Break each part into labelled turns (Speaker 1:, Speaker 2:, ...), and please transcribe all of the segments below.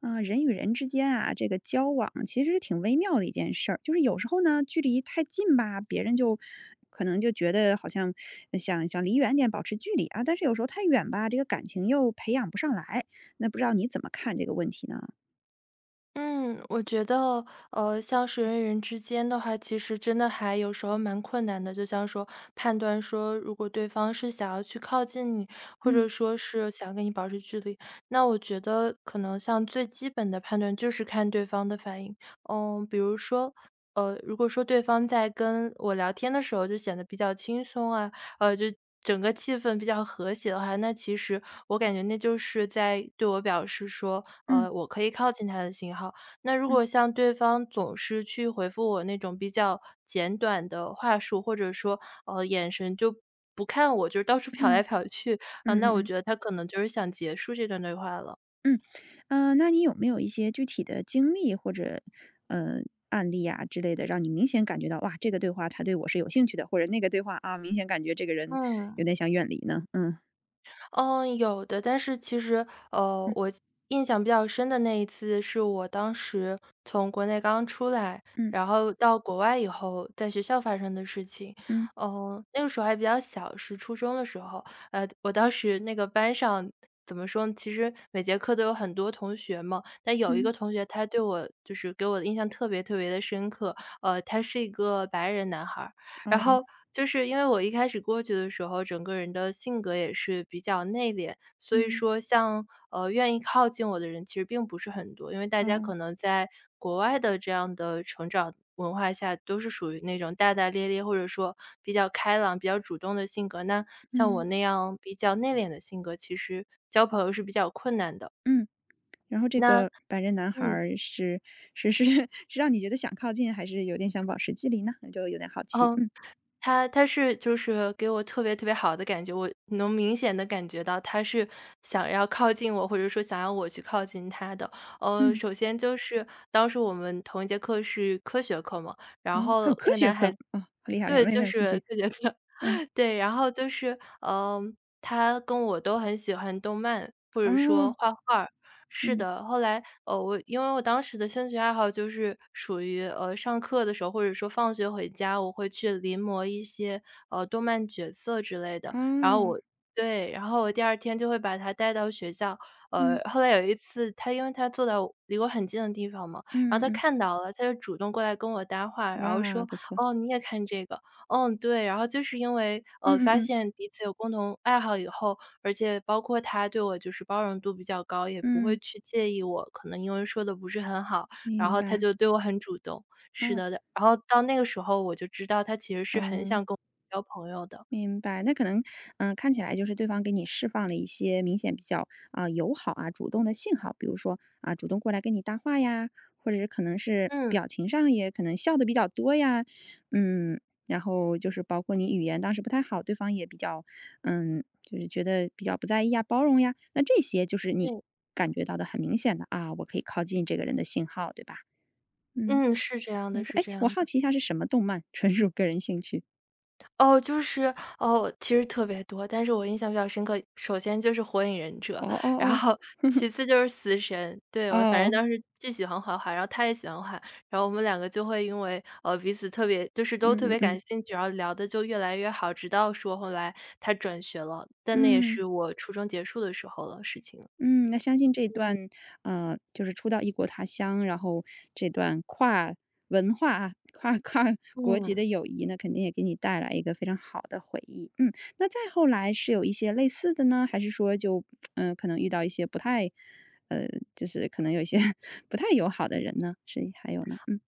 Speaker 1: 啊，人与人之间啊，这个交往其实是挺微妙的一件事儿。就是有时候呢，距离太近吧，别人就可能就觉得好像想想离远点，保持距离啊。但是有时候太远吧，这个感情又培养不上来。那不知道你怎么看这个问题呢？
Speaker 2: 嗯，我觉得，像是人与人之间的话，其实真的还有时候蛮困难的。就像说判断说，如果对方是想要去靠近你，或
Speaker 1: 嗯
Speaker 2: 者说是想跟你保持距离，那我觉得可能像最基本的判断就是看对方的反应。比如说，如果说对方在跟我聊天的时候就显得比较轻松啊，呃，就整个气氛比较和谐的话，那其实我感觉那就是在对我表示说，
Speaker 1: 嗯
Speaker 2: 我可以靠近他的信号。那如
Speaker 1: 嗯
Speaker 2: 果像对方总是去回复我那种比较简短的话术，或者说，眼神就不看我，就是到处 瞟来
Speaker 1: 嗯
Speaker 2: 瞟去，啊，
Speaker 1: 嗯
Speaker 2: 那
Speaker 1: 嗯
Speaker 2: 我
Speaker 1: 嗯
Speaker 2: 觉得他可能就是想结束这段对话了。
Speaker 1: 嗯，那你有没有一些具体的经历或者呃案例啊之类的，让你明显感觉到哇，这个对话他对我是有兴趣的，或者那个对话啊，明显感觉这个人有
Speaker 2: 嗯。
Speaker 1: 点想远离呢？嗯
Speaker 2: 嗯，有的，但是其实，呃，
Speaker 1: 嗯。
Speaker 2: 我印象比较深的那一次是我当时从国内刚出来，
Speaker 1: 嗯
Speaker 2: 然后到国外以后，在学校发生的事情。
Speaker 1: 嗯
Speaker 2: 那个时候还比较小，是初中的时候。我当时那个班上怎么说呢，其实每节课都有很多同学嘛，但有一
Speaker 1: 嗯，
Speaker 2: 个同学他对我就是给我的印象特别特别的深刻。他是一个白人男孩儿，然
Speaker 1: 哦，
Speaker 2: 后就是因为我一开始过去的时候，整个人的性格也是比较内敛，所以
Speaker 1: 嗯
Speaker 2: 说像愿意靠近我的人其实并不是很多，因为大家可
Speaker 1: 哦。
Speaker 2: 能在国外的这样的成长文化下，都是属于那种大大咧咧或者说比较开朗、比较主动的性格。那像我
Speaker 1: 嗯。
Speaker 2: 那样比较内敛的性格，其实交朋友是比较困难的。
Speaker 1: 嗯，然后这
Speaker 2: 那
Speaker 1: 个白人男孩
Speaker 2: 嗯嗯，
Speaker 1: 儿是 是让你觉得想靠近，还是有点想保持距离呢？就有点好奇。
Speaker 2: 哦，
Speaker 1: 嗯，
Speaker 2: 他是就是给我特别特别好的感觉，我能明显的感觉到他是想要靠近我，或者说想要我去靠近他的。
Speaker 1: 嗯，
Speaker 2: 首先就是当时我们同一节课是科学课嘛，然
Speaker 1: 哦，
Speaker 2: 后
Speaker 1: 还有
Speaker 2: 那
Speaker 1: 科
Speaker 2: 个
Speaker 1: 学
Speaker 2: 男孩
Speaker 1: 课
Speaker 2: 子，
Speaker 1: 哦，好厉害，厉害，
Speaker 2: 对，
Speaker 1: 妹
Speaker 2: 就
Speaker 1: 妹继
Speaker 2: 是
Speaker 1: 续。
Speaker 2: 各节课。
Speaker 1: 嗯，
Speaker 2: 对，然后就是，他跟我都很喜欢动漫，或者说
Speaker 1: 哦，
Speaker 2: 画画儿，是
Speaker 1: 嗯
Speaker 2: 的，后来，因为我当时的兴趣爱好就是属于，上课的时候，或者说放学回家，我会去临摹一些，动漫角色之类的。然后
Speaker 1: 哦，
Speaker 2: 我，对，然后我第二天就会把他带到学校。
Speaker 1: 嗯
Speaker 2: 后来有一次，因为他坐在离我很近的地方嘛，然后
Speaker 1: 嗯
Speaker 2: 他
Speaker 1: 嗯
Speaker 2: 看到了，他就主动过来跟我搭话，然后
Speaker 1: 哇，
Speaker 2: 说：
Speaker 1: 不错。
Speaker 2: “哦，你也看这个？"嗯，对，然后就是因为，
Speaker 1: 嗯嗯
Speaker 2: 发
Speaker 1: 嗯
Speaker 2: 现彼此有共同爱好以后，而且包括他对我就是包容度比较高，也不会
Speaker 1: 嗯，
Speaker 2: 去介意我可能英文说的不是很好，然
Speaker 1: 明
Speaker 2: 后他
Speaker 1: 白
Speaker 2: 就对我很主动，是
Speaker 1: 啊，
Speaker 2: 的的。然后到那个时候我就知道他其实是很
Speaker 1: 嗯。
Speaker 2: 想跟我交朋友的。
Speaker 1: 明白，那可能，嗯、看起来就是对方给你释放了一些明显比较啊、友好啊、主动的信号，比如说啊、主动过来跟你搭话呀，或者是可能是
Speaker 2: 嗯，
Speaker 1: 表情上也可能笑的比较多呀，嗯，然后就是包括你语言当时不太好，对方也比较，嗯，就是觉得比较不在意呀、包容呀，那这些就是你
Speaker 2: 对，
Speaker 1: 感觉到的很明显的啊，我可以靠近这个人的信号，对吧？嗯，
Speaker 2: 嗯，是这样
Speaker 1: 没
Speaker 2: 的
Speaker 1: 错。
Speaker 2: 是
Speaker 1: 哎，
Speaker 2: 这
Speaker 1: 我
Speaker 2: 样
Speaker 1: 好
Speaker 2: 的。
Speaker 1: 奇一下是什么动漫，纯属个人兴趣。
Speaker 2: 哦，其实特别多，但是我印象比较深刻，首先就是《火影忍者》，
Speaker 1: 哦哦
Speaker 2: 然
Speaker 1: 哦，
Speaker 2: 后 其次就是《死神》，对，我反正
Speaker 1: 哦。
Speaker 2: 当时既喜欢画画，然后他也喜欢画，然后我们两个就会因为，呃，彼此特别就是都特
Speaker 1: 嗯嗯
Speaker 2: 别感
Speaker 1: 嗯
Speaker 2: 兴趣，然后聊的就越来越好，直到说后来他转学了，但那也
Speaker 1: 嗯
Speaker 2: 是我初中结束的时候了，事情了。
Speaker 1: 嗯，那相信这段，就是初到异国他乡，然后这段跨文化啊、跨国籍
Speaker 2: 嗯。
Speaker 1: 的友谊呢，肯定也给你带来一个非常好的回忆。嗯，那再后来是有一些类似的呢，还是说就，嗯、可能遇到一些不太，呃，就是可能有一些 不太友好的人呢？是还有呢？嗯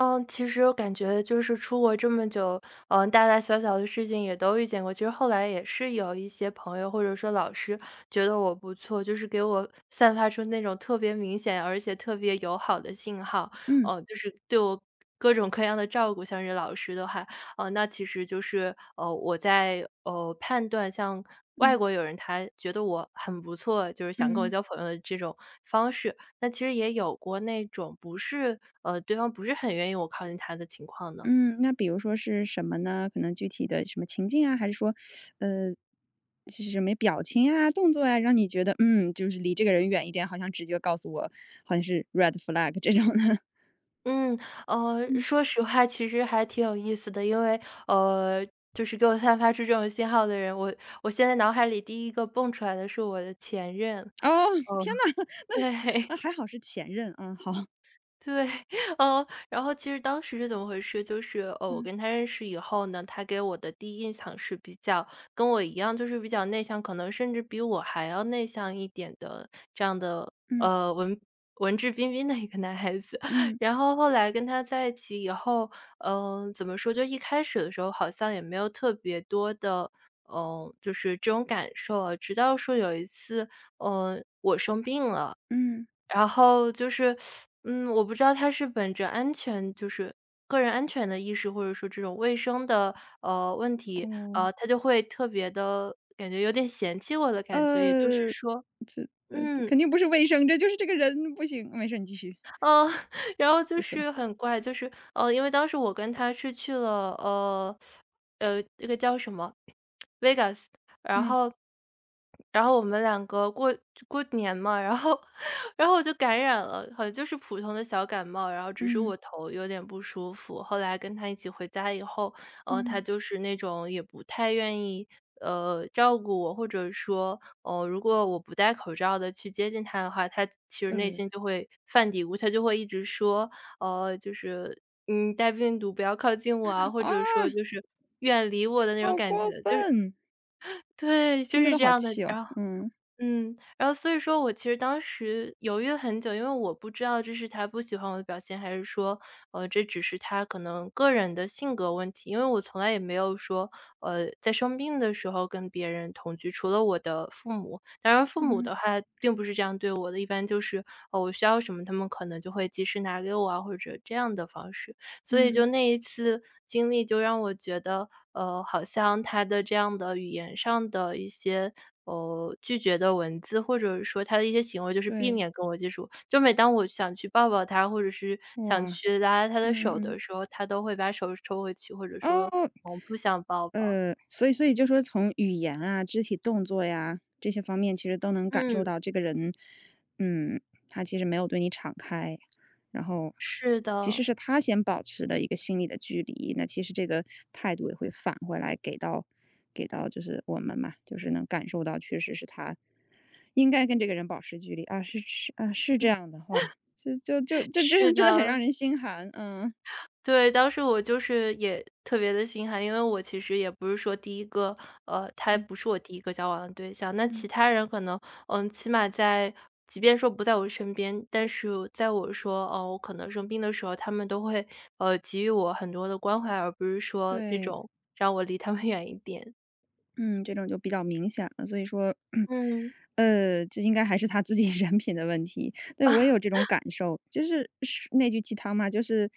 Speaker 2: 嗯，其实我感觉就是出国这么久，嗯，大大小小的事情也都遇见过。其实后来也是有一些朋友或者说老师觉得我不错，就是给我散发出那种特别明显而且特别友好的信号，
Speaker 1: 嗯
Speaker 2: 哦，就是对我各种各样的照顾。像是老师的话，哦，那其实就是我在判断像。外
Speaker 1: 嗯
Speaker 2: 国友人他觉得我很不错，就是想跟我
Speaker 1: 嗯。
Speaker 2: 交朋友的这种方式，那其实也有过那种不是呃，对方不是很愿意我靠近他的情况呢？
Speaker 1: 嗯，那比如说是什么呢？可能具体的什么情境啊，还是说，呃，是什么表情啊、动作啊，让你觉得，嗯，就是离这个人远一点，好像直觉告诉我，好像是 red flag 这种的。
Speaker 2: 嗯，
Speaker 1: 嗯，
Speaker 2: 说实话，其实还挺有意思的，因为呃，就是给我散发出这种信号的人，我现在脑海里第一个蹦出来的是我的前任，
Speaker 1: 哦，
Speaker 2: 哦，
Speaker 1: 天呐，
Speaker 2: 对。
Speaker 1: 啊，还好是前任啊，好，
Speaker 2: 对，嗯，然后其实当时是怎么回事？就是，我
Speaker 1: 嗯
Speaker 2: 跟他认识以后呢，他给我的第一印象是比较跟我一样，就是比较内向，可能甚至比我还要内向一点的这样的，
Speaker 1: 嗯
Speaker 2: 文质彬彬的一个男孩子。
Speaker 1: 嗯
Speaker 2: 然后后来跟他在一起以后，怎么说？就一开始的时候好像也没有特别多的，就是这种感受啊，直到说有一次，我生病了。
Speaker 1: 嗯，
Speaker 2: 然后就是，嗯，我不知道他是本着安全，个人安全的意识，或者说这种卫生的，问题，
Speaker 1: 哦，
Speaker 2: 他就会特别的感觉有点嫌弃我的感觉。也就是
Speaker 1: 呃，
Speaker 2: 说嗯。
Speaker 1: 肯定不是卫生，这就是这个人不行，没事，你继续，
Speaker 2: 呃，然后就
Speaker 1: 就死了。
Speaker 2: 是很怪，就是因为当时我跟他是去了那个叫什么 Vegas,然
Speaker 1: 嗯
Speaker 2: 后然后我们两个过年嘛，然后 然后我就感染了，好像就是普通的小感冒，然后只是
Speaker 1: 嗯
Speaker 2: 我头有点不舒服。后来跟他一起回家以后，他
Speaker 1: 嗯，
Speaker 2: 就是那种也不太愿意照顾我，或者说哦，如果我不戴口罩的去接近他的话，他其实内
Speaker 1: 呃，
Speaker 2: 心就会犯嘀咕，他就会一直说，就是"你带病毒不要靠近我啊"，或
Speaker 1: 啊，
Speaker 2: 者说就是"不理我"的那种
Speaker 1: 好
Speaker 2: 感
Speaker 1: 过
Speaker 2: 觉，就是
Speaker 1: 分，
Speaker 2: 对，就
Speaker 1: 听着
Speaker 2: 是
Speaker 1: 都
Speaker 2: 这
Speaker 1: 好
Speaker 2: 样的，
Speaker 1: 气哦，
Speaker 2: 然后
Speaker 1: 嗯。
Speaker 2: 嗯，然后所以说我其实当时犹豫了很久，因为我不知道这是他不喜欢我的表现，还是说，这只是他可能个人的性格问题。因为我从来也没有说，在生病的时候跟别人同居，除了我的父母。当然，父母
Speaker 1: 嗯，
Speaker 2: 的话并不是这样对我的，一般就是，我需要什么，他们可能就会及时拿给我啊，或者这样的方式。所以
Speaker 1: 嗯，
Speaker 2: 就那一次经历就让我觉得，好像他的这样的语言上的一些，拒绝的文字，或者说他的一些行为，就是避
Speaker 1: 对，
Speaker 2: 免跟我接触。就每当我想去抱抱他，或者是想
Speaker 1: 哇，
Speaker 2: 去拉拉他
Speaker 1: 嗯
Speaker 2: 的
Speaker 1: 嗯
Speaker 2: 手
Speaker 1: 嗯，
Speaker 2: 的时候，他都会把手抽回去，或者说，
Speaker 1: 哦。
Speaker 2: 我不想抱抱。
Speaker 1: 所以就说从语言啊、肢体动作呀，这些方面其实都能感受
Speaker 2: 嗯，
Speaker 1: 到这个人，嗯，他其实没有对你敞开，然后
Speaker 2: 是
Speaker 1: 其实
Speaker 2: 的，
Speaker 1: 是他先保持了一个心理的距离，那其实这个态度也会返回来给到就是我们嘛，就是能感受到确实是他应该跟这个人保持距离啊，是是啊，是这样的话，就就就 就真的
Speaker 2: 是
Speaker 1: 真的很让
Speaker 2: 的。
Speaker 1: 人心寒，嗯
Speaker 2: 对，当时我就是也特别的心寒，因为我其实也不是说第一个他
Speaker 1: 嗯
Speaker 2: 不是我第一个交往的对象。那
Speaker 1: 嗯，
Speaker 2: 其他人可能，嗯，起码在即便说不在我身边，但是在我说，哦，我可能生病的时候，他们都会，给予我很多的关怀，而不是说那
Speaker 1: 对。
Speaker 2: 种让我离他们 远一点。
Speaker 1: 嗯，这种就比较明显了，所以说，
Speaker 2: 嗯，
Speaker 1: 这应该还是他自己 人品的问题。对，我也有这 种感受，就是是那句鸡汤嘛，就是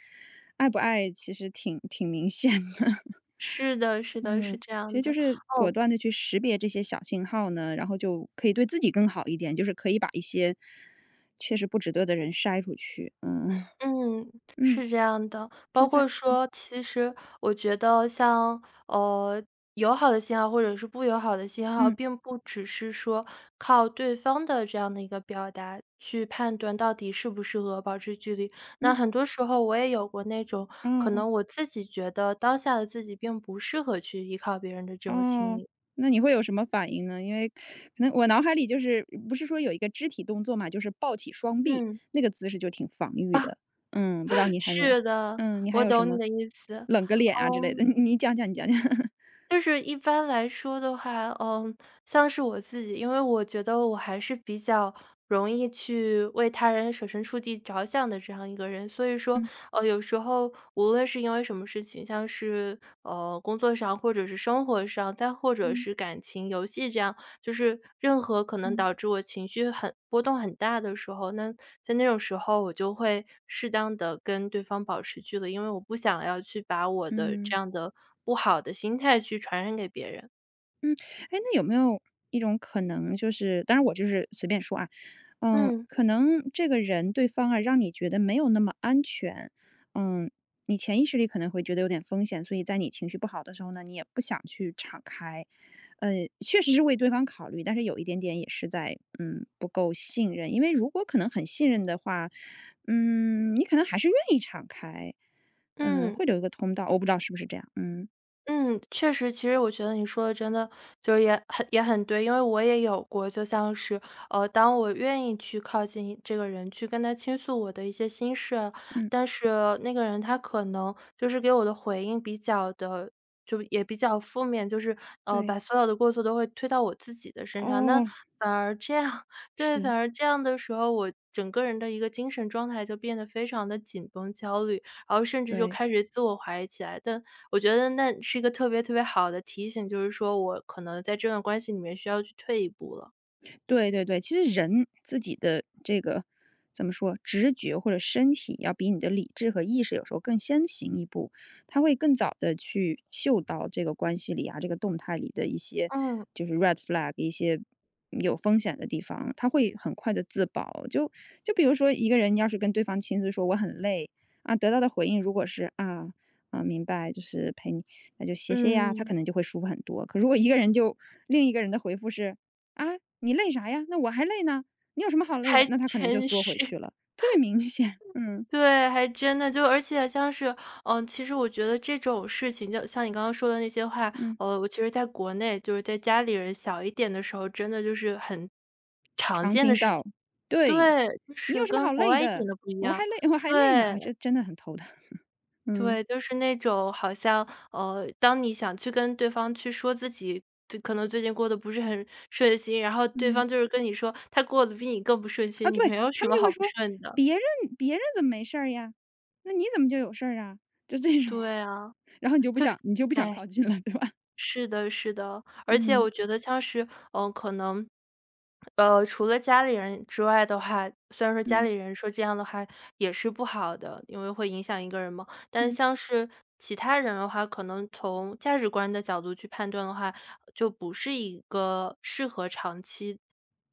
Speaker 1: 爱不爱其实挺明显的。
Speaker 2: 是的，是 的，
Speaker 1: 嗯，
Speaker 2: 是这
Speaker 1: 其实
Speaker 2: 样的。
Speaker 1: 就是果
Speaker 2: 哦，
Speaker 1: 断的去识别这些小信号呢，然后就可以对自己更好一点，就是可以把一些确实不值得的人筛出去。嗯
Speaker 2: 嗯，
Speaker 1: 嗯，
Speaker 2: 是这样的。包
Speaker 1: 那在
Speaker 2: 括说，其实我觉得像呃友好的信号或者是不友好的信号，
Speaker 1: 嗯
Speaker 2: 并不只是说靠对方的这样的一个表达去判断到底适不适合保持距离。那
Speaker 1: 嗯
Speaker 2: 很多时候我也有过那种可
Speaker 1: 哦。
Speaker 2: 能我自己觉得当下的自己并不适合去依靠别人的这种心
Speaker 1: 哦，
Speaker 2: 理。
Speaker 1: 那你会有什么反应呢？因为可能我脑海里就是不是说有一个肢体动作嘛，就是抱起双臂，
Speaker 2: 嗯，
Speaker 1: 那个姿势就挺防御的。嗯，不知道 你还有没有
Speaker 2: 是的，
Speaker 1: 嗯，你还
Speaker 2: 我
Speaker 1: 有什
Speaker 2: 懂你
Speaker 1: 么
Speaker 2: 的意思。
Speaker 1: 冷个脸啊之类的，
Speaker 2: 嗯。
Speaker 1: 你讲讲，你讲讲。
Speaker 2: 就是一般来说的话，嗯，像是我自己，因为我觉得我还是比较容易去为他人设身处地着想的这样一个人，所以说，
Speaker 1: 嗯
Speaker 2: 有时候无论是因为什么事情，像是工作上，或者是生活上，再或者
Speaker 1: 嗯
Speaker 2: 是感情、游戏这样。就是任何可能
Speaker 1: 嗯
Speaker 2: 导致我情绪很波动很大的时候，那在那种时候，我就会适当的跟对方保持距离，因为我不想要去把我的这
Speaker 1: 嗯。
Speaker 2: 样的不好的心态去传染给别人。
Speaker 1: 嗯，哎，那有没有一种可能就是当然我就是随便说啊，嗯，
Speaker 2: 嗯，
Speaker 1: 可能这个人对方啊，让你觉得没有那么安全，嗯，你潜意识里可能会觉得有点风险，所以在你情绪不好的时候呢，你也不想去敞开。确实是为对方考虑，但是有一点点也是在，嗯，不够信任。因为如果可能很信任的话，嗯，你可能还是愿意敞开，嗯，
Speaker 2: 嗯。
Speaker 1: 会留一个通道，我不知道是不是这样，嗯，
Speaker 2: 嗯，确实，其实我觉得你说的真的就是也很对，因为我也有过，就像是当我愿意去靠近这个人，去跟他倾诉我的一些心事啊，
Speaker 1: 嗯，
Speaker 2: 但是那个人他可能就是给我的回应比较的，就也比较负面，就是
Speaker 1: 对，
Speaker 2: 把所有的过错都会推到我自己的身上，那
Speaker 1: 哦，
Speaker 2: 反而这样，对，反
Speaker 1: 是。
Speaker 2: 而这样的时候，我整个人的一个精神状态就变得非常的紧绷、焦虑，然后甚至就
Speaker 1: 对，
Speaker 2: 开始自我怀疑起来。但我觉得那是一个特别特别好的提醒，就是说我可能在这段关系里面需要去退一步了。
Speaker 1: 对对对，其实人自己的这个怎么说，直觉或者身体要比你的理智和意识有时候更先行一步，他会更早的去嗅到这个关系里啊，这个动态里的一些
Speaker 2: 嗯
Speaker 1: 就是 red flag，一些有风险的地方，他会很快的自保。就比如说一个人要是跟对方亲自说我很累啊，得到的回应如果是啊。啊，明白，就是陪你，那就歇歇呀，他
Speaker 2: 嗯，
Speaker 1: 可能就会舒服很多。可如果一个人就另一个人的回复是啊，你累啥呀？那我还累呢，你有什么好累
Speaker 2: 还
Speaker 1: 的？那他可能就
Speaker 2: 真
Speaker 1: 缩回
Speaker 2: 是，
Speaker 1: 去了，特别明显。嗯
Speaker 2: 对，还真的就，而且像是，嗯、其实我觉得这种事情，就像你刚刚说的那些话，
Speaker 1: 嗯，
Speaker 2: 我其实在国内，就是在家里人小一点的时候，真的就是很常
Speaker 1: 常
Speaker 2: 见的
Speaker 1: 听
Speaker 2: 事情，
Speaker 1: 到。对，
Speaker 2: 对，就
Speaker 1: 你有
Speaker 2: 是
Speaker 1: 什么
Speaker 2: 跟
Speaker 1: 好
Speaker 2: 国
Speaker 1: 累
Speaker 2: 外一
Speaker 1: 的？
Speaker 2: 点都不一
Speaker 1: 我们还
Speaker 2: 样，
Speaker 1: 累，我还累呢
Speaker 2: 对，
Speaker 1: 啊，这真的很头疼。嗯
Speaker 2: 对，就是那种好像，当你想去跟对方去说自己就可能最近过得不是很顺心，然后对
Speaker 1: 嗯
Speaker 2: 方就是跟你说他过得比你更不顺
Speaker 1: 啊，
Speaker 2: 心，你
Speaker 1: 对
Speaker 2: 没有
Speaker 1: 他
Speaker 2: 什
Speaker 1: 们
Speaker 2: 么
Speaker 1: 就会
Speaker 2: 好不
Speaker 1: 说
Speaker 2: 顺的。
Speaker 1: 别人别人怎么没事儿呀？那你怎么就有事儿啊？就这种，
Speaker 2: 对啊，
Speaker 1: 然后你就不
Speaker 2: 就，
Speaker 1: 想你就不想
Speaker 2: 哎。
Speaker 1: 靠近了，对吧？
Speaker 2: 是的是的，而且
Speaker 1: 嗯
Speaker 2: 我觉得像是，嗯，可能，除了家里人之外的话，虽然说家
Speaker 1: 嗯
Speaker 2: 里人说这样的话也是不好的，因为会影响一个人嘛，但
Speaker 1: 嗯
Speaker 2: 像是其他人的话，可能从价值观的角度去判断的话，就不是一个适合长期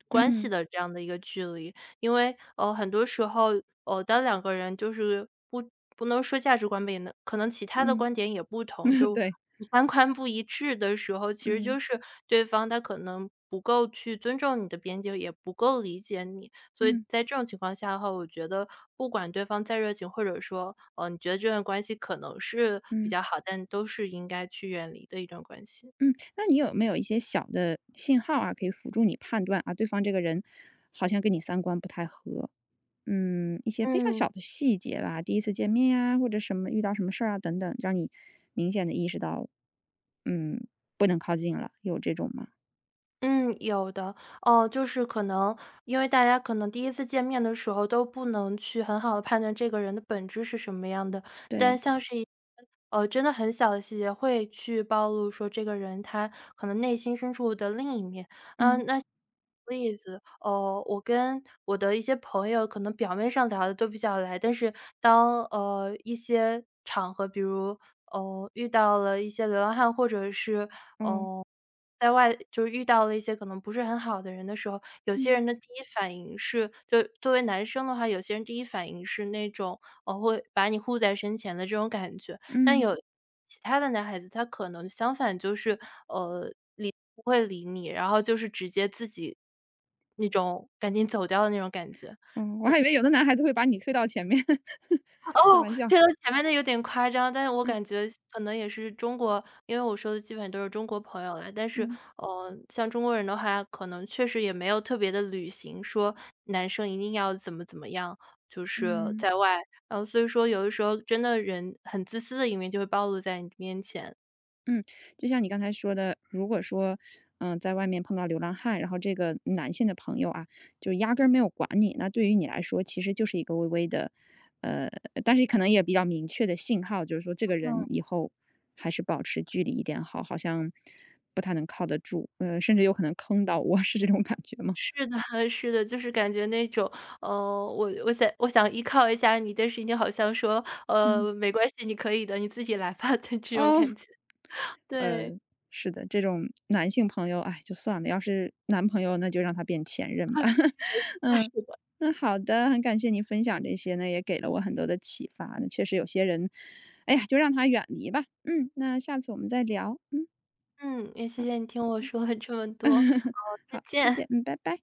Speaker 2: 关系
Speaker 1: 嗯
Speaker 2: 的这样的一个距离。因为，很多时候，当两个人就是不能说价值观不一样，可能其他的
Speaker 1: 嗯，
Speaker 2: 观点也不同，就
Speaker 1: 对，
Speaker 2: 三观不一致的时候，其实
Speaker 1: 嗯
Speaker 2: 就是对方他可能不够去尊重你的边界，也不够理解你。所以
Speaker 1: 嗯
Speaker 2: 在这种情况下的话，我觉得不管对方再热情，或者说，你觉得这段关系可能是比
Speaker 1: 嗯。
Speaker 2: 较好，但都是应该去远离的一段关系。
Speaker 1: 嗯，那你有没有一些小的信号啊，可以辅助你判断啊，对方这个人好像跟你三观不太合？嗯，一些非常小
Speaker 2: 嗯。
Speaker 1: 的细节吧，第一次见面呀、或者什么遇到什么事儿啊等等，让你明显的意识到，嗯，不能靠近了，有这种吗？
Speaker 2: 嗯，有的。哦，就是可能因为大家可能第一次见面的时候都不能去很好的判断这个人的本质是什么样的，但
Speaker 1: 对，
Speaker 2: 像是一些真的很小的细节会去暴露说这个人他可能内心深处的另一面。
Speaker 1: 嗯，
Speaker 2: 嗯，那例子，我跟我的一些朋友可能表面上聊的都比较来，但是当，一些场合，比如，遇到了一些流浪汉，或者是
Speaker 1: 哦，
Speaker 2: 在外就是遇到了一些可能不是很好的人的时候，有些
Speaker 1: 嗯
Speaker 2: 人的第一反应是就作为男生的话，有些人第一反应是那种，会把你护在身前的这种感觉。但
Speaker 1: 嗯，
Speaker 2: 有其他的男孩子，他可能相反就是，理不会理你，然后就是直接自己那种赶紧走掉的那种感觉。
Speaker 1: 哦，我还以为有的男孩子会把你推到前面，开
Speaker 2: 哦，
Speaker 1: 玩笑，
Speaker 2: 这个前面的有点夸张，但是我
Speaker 1: 嗯
Speaker 2: 感觉可能也是中国因为我说的基本都是中国朋友了。但是，
Speaker 1: 嗯
Speaker 2: 像中国人的话，可能确实也没有特别的旅行说男生一定要怎么怎么样，就是
Speaker 1: 嗯。
Speaker 2: 在外，然后所以说有的时候真的人很自私的一面就会暴露在你面前。
Speaker 1: 嗯，就像你刚才说的，如果说，嗯、在外面碰到流浪汉，然后这个男性的朋友啊，就压根儿没有管你，那对于你来说，其实就是一个微微的，呃，但是可能也比较明确的信号，就是说这个人
Speaker 2: 嗯。
Speaker 1: 以后还是保持距离一点好，好像不太能靠得住，甚至有可能坑到我，是这种感觉吗？
Speaker 2: 是的 是的，就是感觉那种，我想依靠一下你，但是你好像说，
Speaker 1: 嗯，
Speaker 2: 没关系，你可以的，你自己来吧 的这种
Speaker 1: 哦，
Speaker 2: 感觉，对。
Speaker 1: 呃，是的，这种男性朋友，哎，就算了，要是男朋友，那就让他变前任吧。嗯，那好的，很感谢您分享这些呢，也给了我很多的启发。那确实有些人，哎呀，就让他远离吧。嗯，那下次我们再聊。嗯，
Speaker 2: 嗯，也谢谢你听我说了这么多，再
Speaker 1: 好，谢
Speaker 2: 见。
Speaker 1: 谢，嗯，拜拜。